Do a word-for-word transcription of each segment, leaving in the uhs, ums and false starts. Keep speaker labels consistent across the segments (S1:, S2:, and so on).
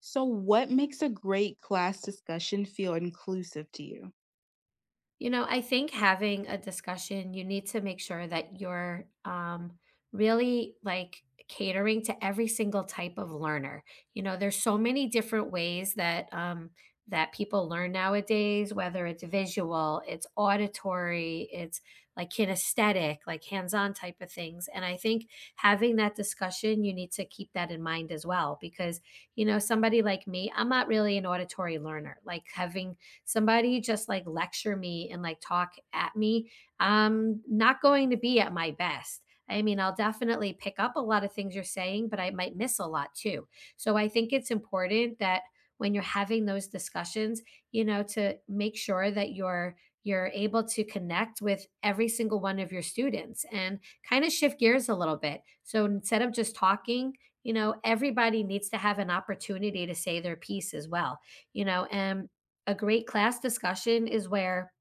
S1: So, what makes a great class discussion feel inclusive to you?
S2: You know, I think having a discussion, you need to make sure that you're um, really like catering to every single type of learner. You know, there's so many different ways that um, that people learn nowadays, whether it's visual, it's auditory, it's like kinesthetic, like hands-on type of things. And I think having that discussion, you need to keep that in mind as well, because you know, somebody like me, I'm not really an auditory learner. Like having somebody just like lecture me and like talk at me, I'm not going to be at my best. I mean, I'll definitely pick up a lot of things you're saying, but I might miss a lot too. So I think it's important that when you're having those discussions, you know, to make sure that you're you're able to connect with every single one of your students and kind of shift gears a little bit. So instead of just talking, you know, everybody needs to have an opportunity to say their piece as well, you know, and a great class discussion is where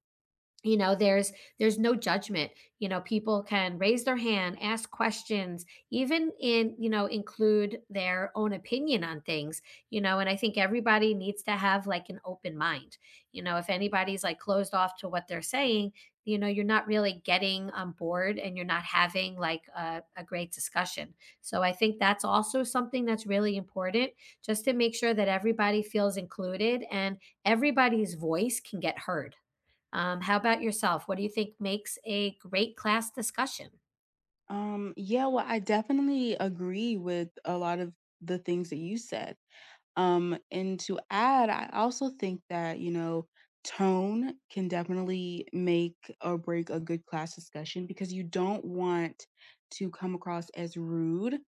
S2: you know there's there's no judgment, you know, people can raise their hand, ask questions, even in, you know, include their own opinion on things, you know. And I think everybody needs to have like an open mind, you know. If anybody's like closed off to what they're saying, you know, you're not really getting on board and you're not having like a, a great discussion, so I think that's also something that's really important, just to make sure that everybody feels included and everybody's voice can get heard. Um, how about yourself? What do you think makes a great class discussion?
S1: Um, yeah, well, I definitely agree with a lot of the things that you said. Um, and to add, I also think that, you know, tone can definitely make or break a good class discussion because you don't want to come across as rude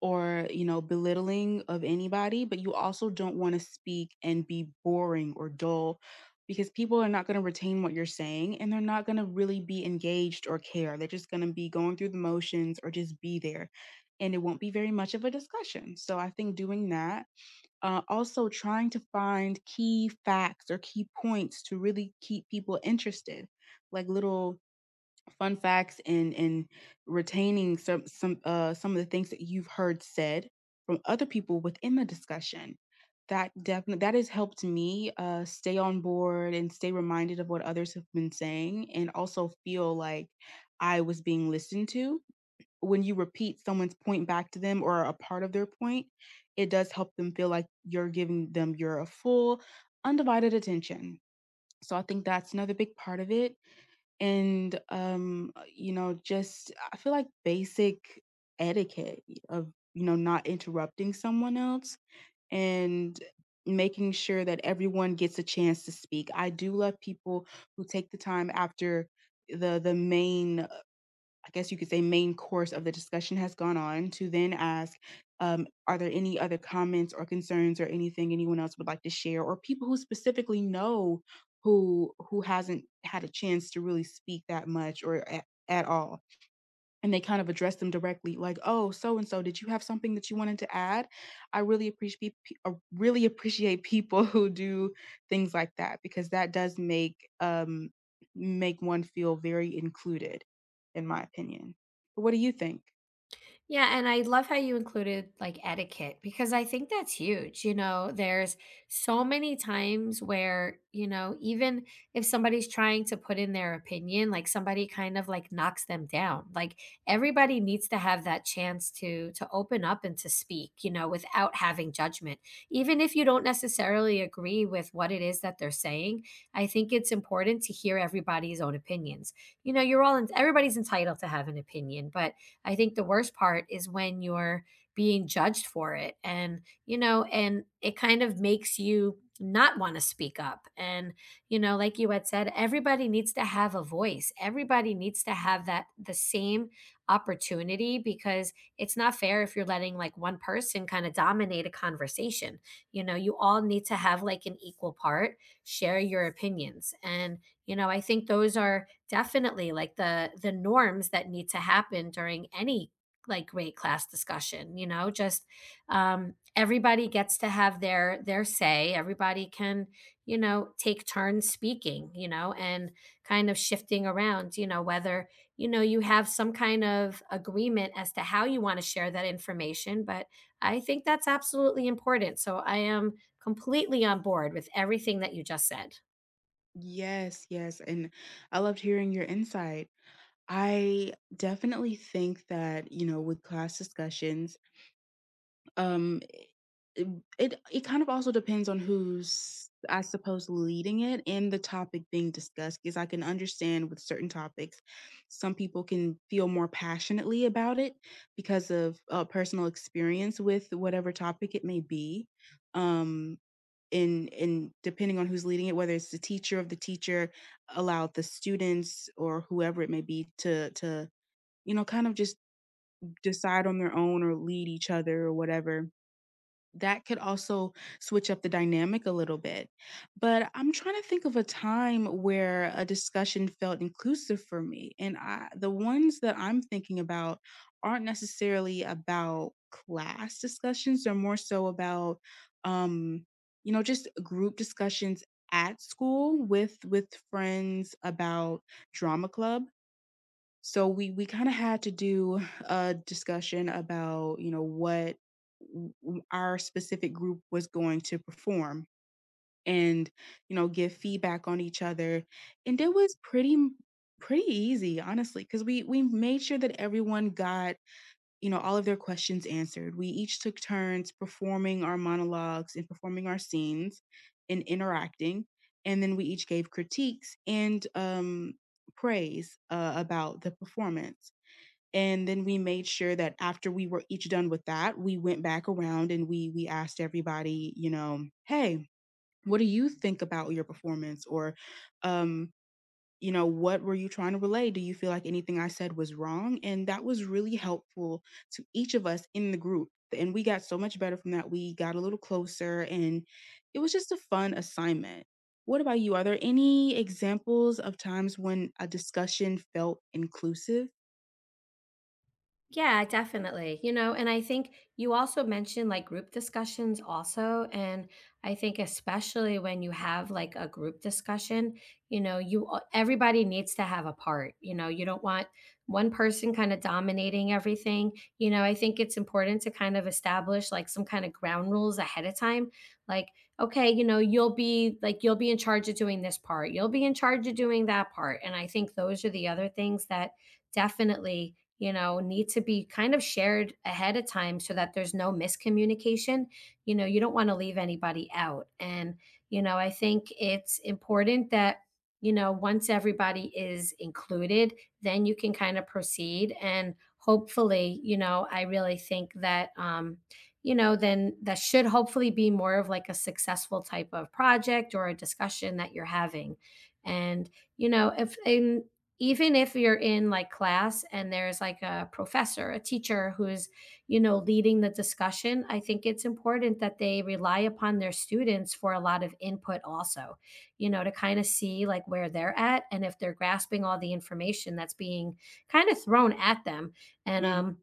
S1: or, you know, belittling of anybody, but you also don't want to speak and be boring or dull, because people are not going to retain what you're saying and they're not going to really be engaged or care. They're just going to be going through the motions or just be there, and it won't be very much of a discussion. So I think doing that, uh, also trying to find key facts or key points to really keep people interested, like little fun facts, and and retaining some some uh some of the things that you've heard said from other people within the discussion, that definitely, that has helped me uh stay on board and stay reminded of what others have been saying, and also feel like I was being listened to. When you repeat someone's point back to them, or a part of their point, it does help them feel like you're giving them your full undivided attention. So I think that's another big part of it. And, um, uh, you know, just I feel like basic etiquette of, you know, not interrupting someone else, and making sure that everyone gets a chance to speak. I do love people who take the time, after the the main, I guess you could say, main course of the discussion has gone on, to then ask, um, are there any other comments or concerns or anything anyone else would like to share, or people who specifically know who who hasn't had a chance to really speak that much or at, at all, and they kind of address them directly, like, oh, so and so did you have something that you wanted to add? I really appreciate pe- uh, really appreciate people who do things like that, because that does make um make one feel very included, in my opinion. But what do you think?
S2: Yeah, and I love how you included like etiquette because I think that's huge. You know, there's so many times where, you know, even if somebody's trying to put in their opinion, like somebody kind of like knocks them down. Like everybody needs to have that chance to to open up and to speak, you know, without having judgment. Even if you don't necessarily agree with what it is that they're saying, I think it's important to hear everybody's own opinions. You know, you're all in, everybody's entitled to have an opinion, but I think the worst part is when you're being judged for it. And, you know, and it kind of makes you not want to speak up. And, you know, like you had said, everybody needs to have a voice. Everybody needs to have that the same opportunity because it's not fair if you're letting like one person kind of dominate a conversation. You know, you all need to have like an equal part, share your opinions. And you know, I think those are definitely like the the norms that need to happen during any like great class discussion, you know, just um everybody gets to have their their say. Everybody can, you know, take turns speaking, you know, and kind of shifting around, you know, whether, you know, you have some kind of agreement as to how you want to share that information, but I think that's absolutely important. So I am completely on board with everything that you just said.
S1: Yes, yes, and I loved hearing your insight. I definitely think that, you know, with class discussions, um it it it kind of also depends on who's, I suppose, leading it, and the topic being discussed, because I can understand, with certain topics, some people can feel more passionately about it because of, uh, personal experience with whatever topic it may be. Um, and and depending on who's leading it, whether it's the teacher, of the teacher, allow the students or whoever it may be to to, you know, kind of just decide on their own or lead each other or whatever, that could also switch up the dynamic a little bit. But I'm trying to think of a time where a discussion felt inclusive for me. And I, the ones that I'm thinking about aren't necessarily about class discussions, they're more so about, um, you know, just group discussions at school with with friends about drama club. So we we kind of had to do a discussion about, you know, what w- w- our specific group was going to perform, and, you know, give feedback on each other. And it was pretty m- pretty easy, honestly, cuz we we made sure that everyone got, you know, all of their questions answered. We each took turns performing our monologues and performing our scenes and interacting. And then we each gave critiques and um praise, uh, about the performance. And then we made sure that after we were each done with that, we went back around and we we asked everybody, you know, hey, what do you think about your performance, or, um you know, what were you trying to relay, do you feel like anything I said was wrong? And that was really helpful to each of us in the group, and we got so much better from that. We got a little closer, and it was just a fun assignment. What about you, are there any examples of times when a discussion felt inclusive?
S2: Yeah, definitely. You know, and I think you also mentioned like group discussions also. And I think especially when you have like a group discussion, you know, you a- everybody needs to have a part. You know, you don't want one person kind of dominating everything. You know, I think it's important to kind of establish like some kind of ground rules ahead of time. Like, okay, you know, you'll be like you'll be in charge of doing this part. You'll be in charge of doing that part. And I think those are the other things that definitely you know, need to be kind of shared ahead of time so that there's no miscommunication. You know, you don't want to leave anybody out. And, you know, I think it's important that, you know, once everybody is included, then you can kind of proceed. And hopefully, you know, I really think that, um, you know, then that should hopefully be more of like a successful type of project or a discussion that you're having. And, you know, if, and even if you're in like class and there's like a professor, a teacher who's, you know, leading the discussion, I think it's important that they rely upon their students for a lot of input also, you know, to kind of see like where they're at and if they're grasping all the information that's being kind of thrown at them. And,
S1: Mhm.
S2: um,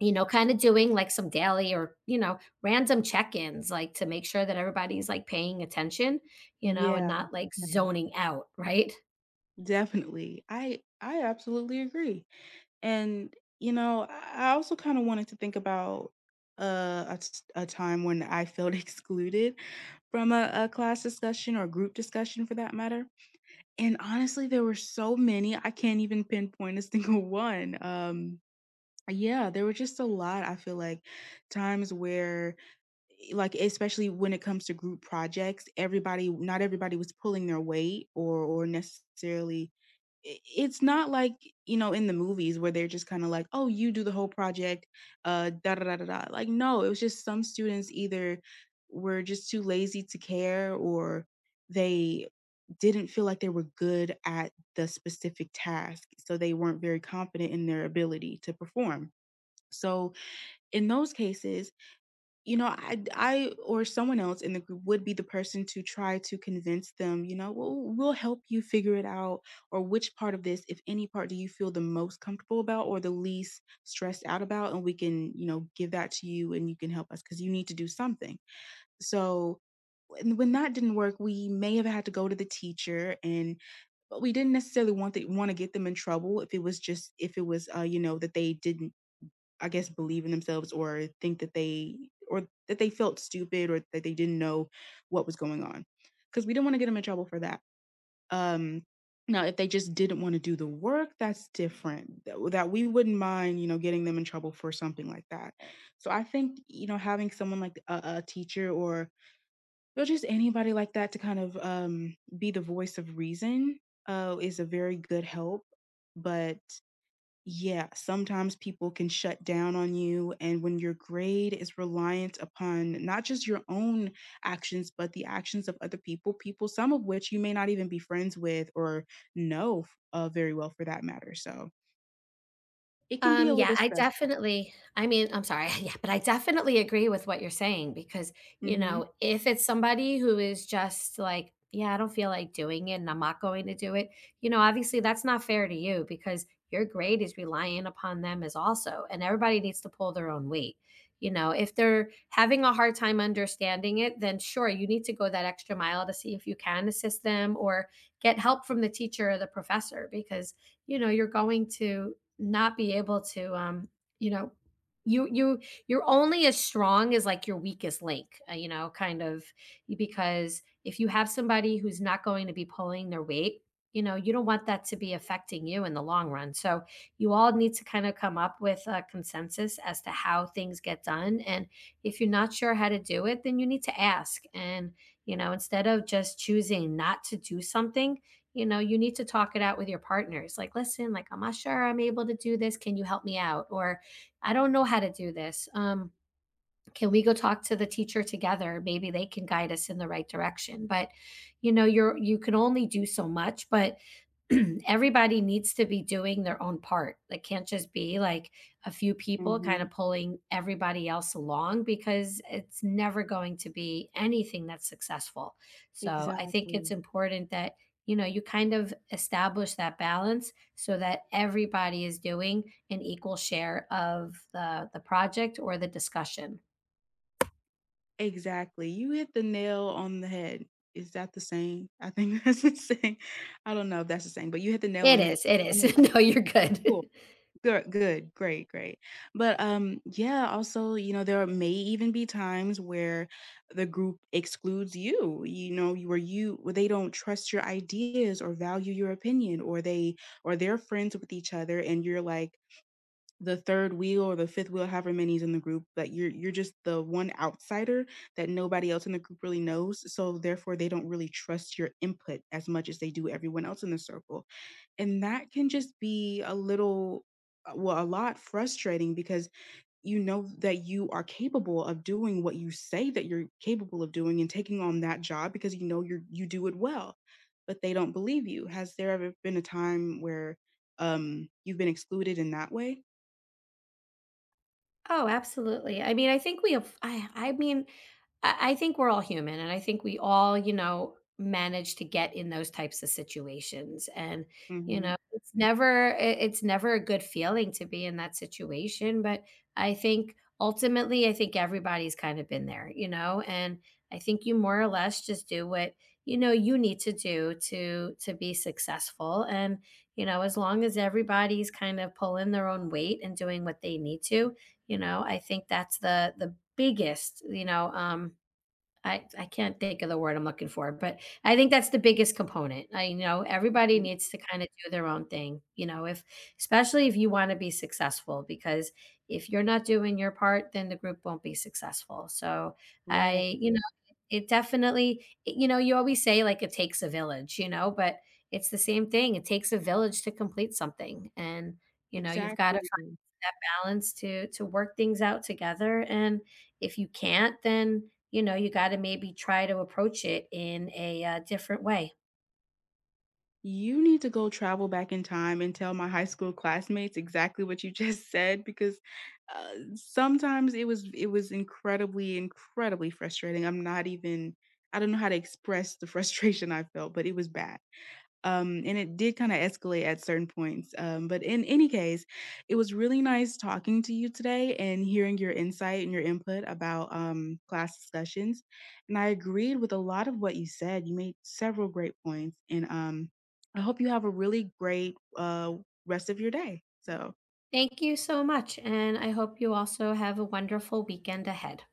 S2: you know, kind of doing like some daily or, you know, random check ins, like to make sure that everybody's like paying attention, you know, and
S1: Yeah,
S2: not like zoning out, right?
S1: definitely. I I absolutely agree. And you know, I I also kind of wanted to think about, uh, a s- a time when I felt excluded from a, a class discussion or group discussion, for that matter. And honestly, there were so many I can't even pinpoint a single one. Um, Uh, Yeah, there were just a lot, I feel like, times where e like, especially when it comes to group projects, everybody, not everybody was pulling their weight or or necessarily, I it's not like, you know, in the movies where they're just kinda like, "Oh, you do the whole project, uh, da da da da da." Like, no, it was just some students either were just too lazy to care, or they didn't feel like they were good at the specific task, so they weren't very confident in their ability to perform. So in those cases, you know, I I or someone else in the group would be the person to try to convince them, you know, well, we'll help you figure it out, or which part of this, if any part do you feel the most comfortable about or the least stressed out about, and we can, you know, give that to you and you can help us, cuz you need to do something. So when when that didn't work, we may have had to go to the teacher. And but we didn't necessarily want to want to get them in trouble, if it was just, if it was, uh you know, that they didn't, I guess, believe in themselves, or think that they, or that they felt stupid, or that they didn't know what was going on. Because we didn't want to get them in trouble for that. Um, Now, if they just didn't want to do the work, that's different. That, that we wouldn't mind, you know, getting them in trouble for something like that. So I think, you know, having someone like a, a teacher, or you know, just anybody like that to kind of, um, be the voice of reason, uh, is a very good help. But yeah, sometimes people can shut down on you. And when your grade is reliant upon not just your own actions, but the actions of other people, people some of which you may not even be friends with or know uh, very well, for that matter. So it can be
S2: Um,
S1: a
S2: yeah,
S1: little
S2: I
S1: stressful.
S2: definitely, I mean, I'm sorry, yeah, but I definitely agree with what you're saying because, you
S1: Hmm.
S2: know, if it's somebody who is just like, yeah, I don't feel like doing it and I'm not going to do it, you know, obviously that's not fair to you because your grade is relying upon them as also, and everybody needs to pull their own weight. You know, if they're having a hard time understanding it, then sure, you need to go that extra mile to see if you can assist them or get help from the teacher or the professor because you know you're going to not be able to um you know you you you're only as strong as like your weakest link, uh, you know, kind of, because if you have somebody who's not going to be pulling their weight, you know you don't want that to be affecting you in the long run. So you all need to kind of come up with a consensus as to how things get done. And if you're not sure how to do it then you need to ask. And you know, instead of just choosing not to do something, you know, you need to talk it out with your partners. Like, listen, like, I'm not sure I'm able to do this. Can you help me out? Or I don't know how to do this. Um, can we go talk to the teacher together? Maybe they can guide us in the right direction. But, you know, you're you can only do so much, but everybody needs to be doing their own part. It can't just be like a few people kind
S1: Mm-hmm.
S2: of pulling everybody else along because it's never going to be anything that's successful. So I think it's
S1: Exactly.
S2: important that you know you kind of establish that balance so that everybody is doing an equal share of the the project or the discussion.
S1: Exactly. You hit the nail on the head. Is that the saying? I think that's the saying. I don't know if that's the saying, but you hit the nail
S2: It
S1: on the head.
S2: is. It
S1: On the
S2: is.
S1: target.
S2: No, you're
S1: Cool.
S2: good.
S1: Good, good, great, great. But um, yeah, also, you know, there may even be times where the group excludes you, you know, you where you where they don't trust your ideas or value your opinion, or they, or they're friends with each other and you're like, the third wheel or the fifth wheel, however many is in the group, that you're you're just the one outsider that nobody else in the group really knows. So therefore they don't really trust your input as much as they do everyone else in the circle. And that can just be a little, uh, well, a lot frustrating, because you know that you are capable of doing what you say that you're capable of doing and taking on that job, because you know you you do it well, but they don't believe you. Has there ever been a time where, um, you've been excluded in that way?
S2: Oh, absolutely. I mean, I think we have, I, I mean, I, I think we're all human and I think we all, you know, manage to get in those types of situations. And, you
S1: Hmm.
S2: know, it's never, it- it's never a good feeling to be in that situation. But I think ultimately, I think everybody's kind of been there, you know, and I think you more or less just do what, you know, you need to do to, to be successful. And, you know, as long as everybody's kind of pulling their own weight and doing what they need to, you know, I think that's the the biggest, you know um I I can't think of the word I'm looking for, but I think that's the biggest component. I, you know, everybody needs to kind of do their own thing, you know, if, especially if you want to be successful, because if you're not doing your part, then the group won't be successful. So
S1: Right.
S2: I, you know, it definitely, it- you know, you always say like it takes a village, you know, but it's the same thing. It takes a village to complete something, and you know, you've got to
S1: Exactly.
S2: find that balance to to work things out together. And if you can't, then you know, you got to maybe try to approach it in a, uh, different way.
S1: You need to go travel back in time and tell my high school classmates exactly what you just said, because, uh, sometimes it was it was incredibly, incredibly frustrating. I'm not even, I don't know how to express the frustration I felt, but it was bad. Um, and it did kinda escalate at certain points, um, but in any case, it was really nice talking to you today and hearing your insight and your input about, um, class discussions, and I agreed with a lot of what you said. You made several great points, and, um, I hope you have a really great, uh, rest of your day. So
S2: Thank you so much. And I hope you also have a wonderful weekend ahead.